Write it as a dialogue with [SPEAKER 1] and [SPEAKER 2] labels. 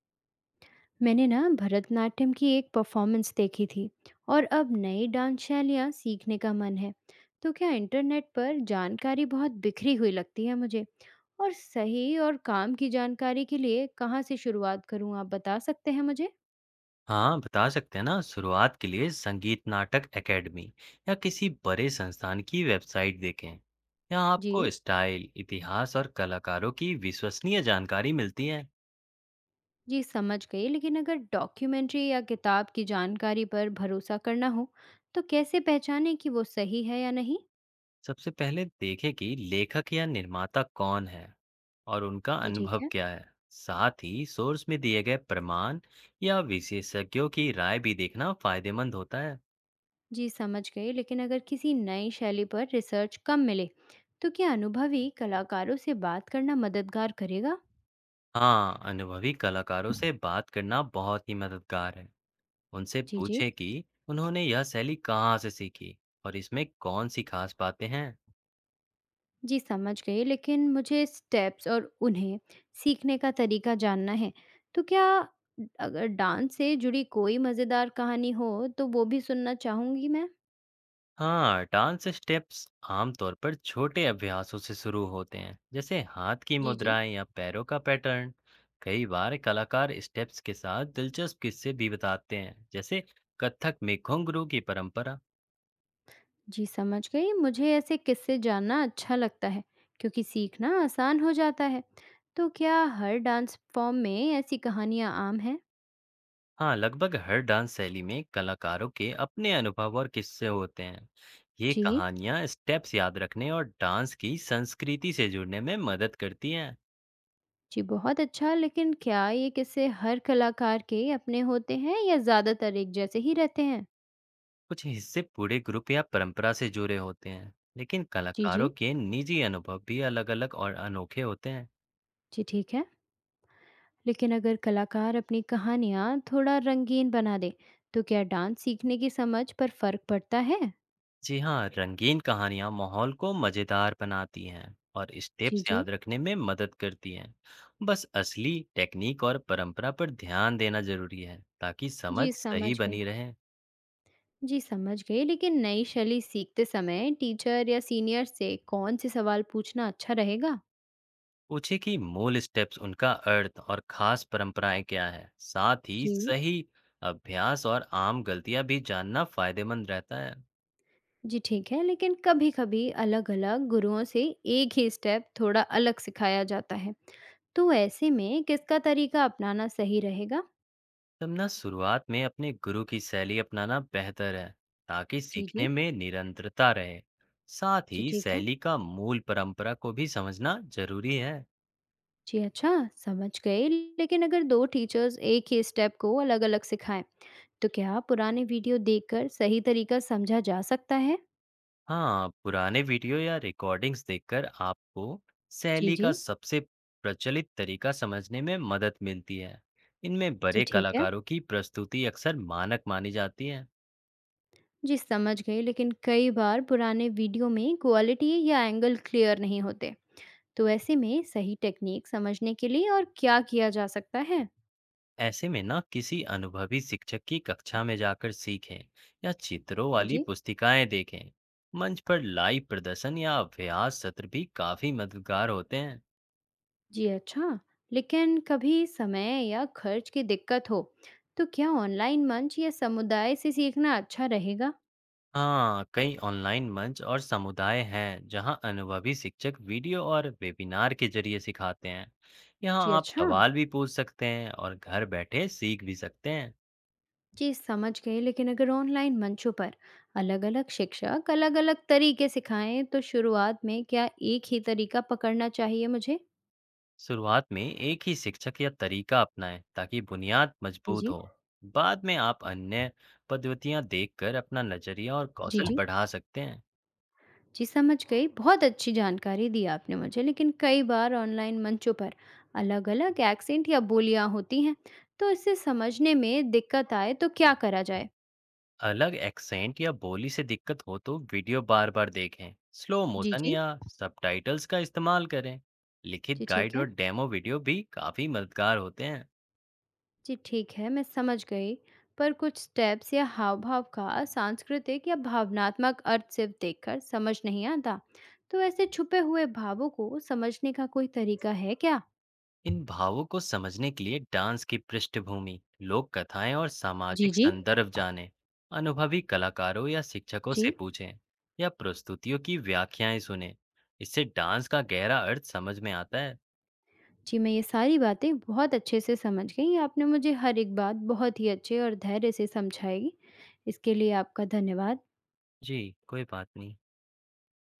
[SPEAKER 1] मैंने ना भरतनाट्यम की एक परफॉर्मेंस देखी थी और अब नई डांस शैलियाँ सीखने का मन है। तो क्या इंटरनेट पर जानकारी बहुत बिखरी हुई लगती है मुझे, और सही और काम की जानकारी के लिए कहाँ से शुरुआत करूँ आप बता सकते हैं मुझे?
[SPEAKER 2] हाँ, बता सकते हैं ना। शुरुआत के लिए संगीत नाटक एकेडमी या किसी बड़े संस्थान की वेबसाइट देखें। यहाँ
[SPEAKER 1] जी।
[SPEAKER 2] आपको स्टाइल, इतिहास और कलाकारों की विश्वसनीय जानकारी मिलती है।
[SPEAKER 1] जी समझ गई, लेकिन अगर डॉक्यूमेंट्री या किताब की जानकारी पर भरोसा करना हो तो कैसे पहचाने कि वो सही है या नहीं?
[SPEAKER 2] सबसे पहले देखें कि लेखक या निर्माता कौन है और उनका
[SPEAKER 1] जी ठीक
[SPEAKER 2] अनुभव
[SPEAKER 1] है।
[SPEAKER 2] क्या है। साथ ही सोर्स में दिए गए प्रमाण या विशेषज्ञों की राय भी देखना फायदेमंद होता है।
[SPEAKER 1] जी समझ गई, लेकिन अगर किसी नई शैली पर रिसर्च कम मिले तो क्या अनुभवी कलाकारों से बात करना मददगार करेगा?
[SPEAKER 2] हाँ, अनुभवी कलाकारों से बात करना बहुत ही मददगार है। उनसे
[SPEAKER 1] जी जी।
[SPEAKER 2] पूछें कि उन्होंने यह शैली कहाँ से सीखी और इसमें कौन सी खास बातें हैं।
[SPEAKER 1] जी समझ गई, लेकिन मुझे स्टेप्स और उन्हें सीखने का तरीका जानना है। तो क्या, अगर डांस से जुड़ी कोई मज़ेदार कहानी हो तो वो भी सुनना चाहूँगी मैं।
[SPEAKER 2] हाँ, डांस स्टेप्स आमतौर पर छोटे अभ्यासों से शुरू होते हैं, जैसे हाथ की
[SPEAKER 1] जी जी।
[SPEAKER 2] मुद्राएं या पैरों का पैटर्न। कई बार कलाकार स्टेप्स के साथ दिलचस्प किस्से भी बताते हैं, जैसे कथक में घुंघरू की परंपरा।
[SPEAKER 1] जी समझ गई, मुझे ऐसे किस्से जानना अच्छा लगता है क्योंकि सीखना आसान हो जाता है। तो क्या हर डांस फॉर्म में ऐसी कहानियाँ आम हैं?
[SPEAKER 2] हाँ, लगभग हर डांस शैली में कलाकारों के अपने अनुभव और किस्से होते हैं। ये
[SPEAKER 1] जी,
[SPEAKER 2] कहानियाँ स्टेप्स याद रखने और डांस की संस्कृति से जुड़ने में मदद करती हैं।
[SPEAKER 1] जी, बहुत अच्छा। लेकिन क्या ये किस्से हर कलाकार के अपने होते हैं या ज़्यादातर एक जैसे ही रहते हैं?
[SPEAKER 2] कुछ हिस्से पूरे ग्रुप या परंपरा से जुड़े होते हैं, लेकिन
[SPEAKER 1] जी,
[SPEAKER 2] कलाकारों
[SPEAKER 1] जी।
[SPEAKER 2] के निजी अनुभव भी अलग-अलग और अनोखे होते हैं।
[SPEAKER 1] जी, ठीक है। लेकिन अगर कलाकार अपनी कहानियाँ थोड़ा रंगीन बना दे, तो क्या डांस सीखने की समझ पर फ़र्क पड़ता है?
[SPEAKER 2] जी हाँ, रंगीन कहानियाँ माहौल को मजेदार बनाती हैं और
[SPEAKER 1] जी,
[SPEAKER 2] स्टेप्स
[SPEAKER 1] जी।
[SPEAKER 2] याद रखने में मदद करती हैं। बस असली टेक्निक और परंपरा पर ध्यान देना जरूरी है ताकि समझ
[SPEAKER 1] जी, समझ
[SPEAKER 2] सही
[SPEAKER 1] गई।
[SPEAKER 2] बनी रहे।
[SPEAKER 1] जी, समझ गई, लेकिन नई शैली सीखते समय टीचर या सीनियर से कौन से सवाल पूछना अच्छा रहेगा?
[SPEAKER 2] पूछे कि मूल स्टेप्स, उनका अर्थ और खास परंपराएं क्या है। साथ ही
[SPEAKER 1] जी।
[SPEAKER 2] सही अभ्यास और आम गलतियां भी जानना फायदेमंद रहता है।
[SPEAKER 1] जी ठीक है, लेकिन कभी-कभी अलग-अलग गुरुओं से एक ही स्टेप थोड़ा अलग सिखाया जाता है, तो ऐसे में किसका तरीका अपनाना सही रहेगा?
[SPEAKER 2] तब ना शुरुआत में अपने गुरु की शैली अपनाना बेहतर है, ताकि
[SPEAKER 1] जी
[SPEAKER 2] सीखने
[SPEAKER 1] जी।
[SPEAKER 2] में निरंतरता रहे। साथ
[SPEAKER 1] जी
[SPEAKER 2] ही
[SPEAKER 1] ठीक है।
[SPEAKER 2] शैली का मूल परंपरा को भी समझना जरूरी है।
[SPEAKER 1] जी अच्छा। समझ गए। लेकिन अगर दो टीचर्स एक ही स्टेप को अलग-अलग सिखाएं तो क्या पुराने वीडियो देखकर सही तरीका समझा जा सकता है?
[SPEAKER 2] हाँ, पुराने वीडियो या रिकॉर्डिंग्स देखकर आपको
[SPEAKER 1] जी
[SPEAKER 2] शैली
[SPEAKER 1] जी।
[SPEAKER 2] का सबसे प्रचलित तरीका समझने में मदद मिलती है। इनमें
[SPEAKER 1] जी
[SPEAKER 2] बड़े
[SPEAKER 1] ठीक है।
[SPEAKER 2] कलाकारों की प्रस्तुति अक्सर मानक मानी जाती है।
[SPEAKER 1] जी समझ गए, लेकिन कई बार पुराने वीडियो में क्वालिटी या एंगल क्लियर नहीं होते, तो ऐसे में सही टेक्निक समझने के लिए और क्या किया जा सकता है?
[SPEAKER 2] ऐसे में ना किसी अनुभवी शिक्षक की कक्षा में जाकर सीखें या चित्रों
[SPEAKER 1] जी
[SPEAKER 2] वाली
[SPEAKER 1] जी।
[SPEAKER 2] पुस्तिकाएं देखें। मंच पर लाइव प्रदर्शन या अभ्यास सत्र भी काफी मददगार होते हैं।
[SPEAKER 1] जी अच्छा। लेकिन कभी समय या खर्च की दिक्कत हो तो क्या ऑनलाइन मंच या समुदाय से सीखना अच्छा रहेगा?
[SPEAKER 2] हाँ, कई ऑनलाइन मंच और समुदाय हैं जहाँ अनुभवी शिक्षक वीडियो और वेबिनार के जरिए सिखाते हैं। यहाँ
[SPEAKER 1] जी
[SPEAKER 2] आप
[SPEAKER 1] अच्छा।
[SPEAKER 2] सवाल भी पूछ सकते हैं और घर बैठे सीख भी सकते हैं।
[SPEAKER 1] जी समझ गए, लेकिन अगर ऑनलाइन मंचों पर अलग-अलग शिक्षक अलग-अलग तरीके सिखाएं तो शुरुआत में क्या एक ही तरीका पकड़ना चाहिए मुझे?
[SPEAKER 2] शुरुआत में एक ही शिक्षक या तरीका अपनाएं ताकि बुनियाद
[SPEAKER 1] जी
[SPEAKER 2] मजबूत
[SPEAKER 1] जी।
[SPEAKER 2] हो। बाद में आप अन्य पद्धतियाँ देखकर अपना नजरिया और
[SPEAKER 1] जी
[SPEAKER 2] कौशल
[SPEAKER 1] जी।
[SPEAKER 2] बढ़ा सकते हैं।
[SPEAKER 1] जी समझ गई, बहुत अच्छी जानकारी दी आपने मुझे। लेकिन कई बार ऑनलाइन मंचों पर अलग अलग एक्सेंट या बोलियां होती हैं, तो इससे समझने में दिक्कत आए तो क्या करा जाए?
[SPEAKER 2] अलग एक्सेंट या बोली से दिक्कत हो तो वीडियो बार बार देखें। स्लो
[SPEAKER 1] जी
[SPEAKER 2] मोशन
[SPEAKER 1] जी।
[SPEAKER 2] या सबटाइटल्स का इस्तेमाल करें। लिखित
[SPEAKER 1] जी
[SPEAKER 2] गाइड
[SPEAKER 1] ठीक है।
[SPEAKER 2] और डेमो वीडियो भी काफी मददगार होते हैं।
[SPEAKER 1] जी ठीक है, मैं समझ गई। पर कुछ स्टेप्स या हाव भाव का सांस्कृतिक या भावनात्मक अर्थ सिर्फ देखकर समझ नहीं आता, तो ऐसे छुपे हुए भावों को समझने का कोई तरीका है क्या?
[SPEAKER 2] इन भावों को समझने के लिए डांस की पृष्ठभूमि, लोक कथाएं और
[SPEAKER 1] जी
[SPEAKER 2] सामाजिक
[SPEAKER 1] जी।
[SPEAKER 2] संदर्भ जानें। अनुभवी कलाकारों या शिक्षकों से
[SPEAKER 1] जी
[SPEAKER 2] पूछें या प्रस्तुतियों की व्याख्याएं सुनें। इससे डांस का गहरा अर्थ समझ में आता है।
[SPEAKER 1] जी, मैं ये सारी बातें बहुत अच्छे से समझ गई। आपने मुझे हर एक बात बहुत ही अच्छे और धैर्य से समझाई। इसके लिए आपका धन्यवाद।
[SPEAKER 2] जी, कोई बात नहीं।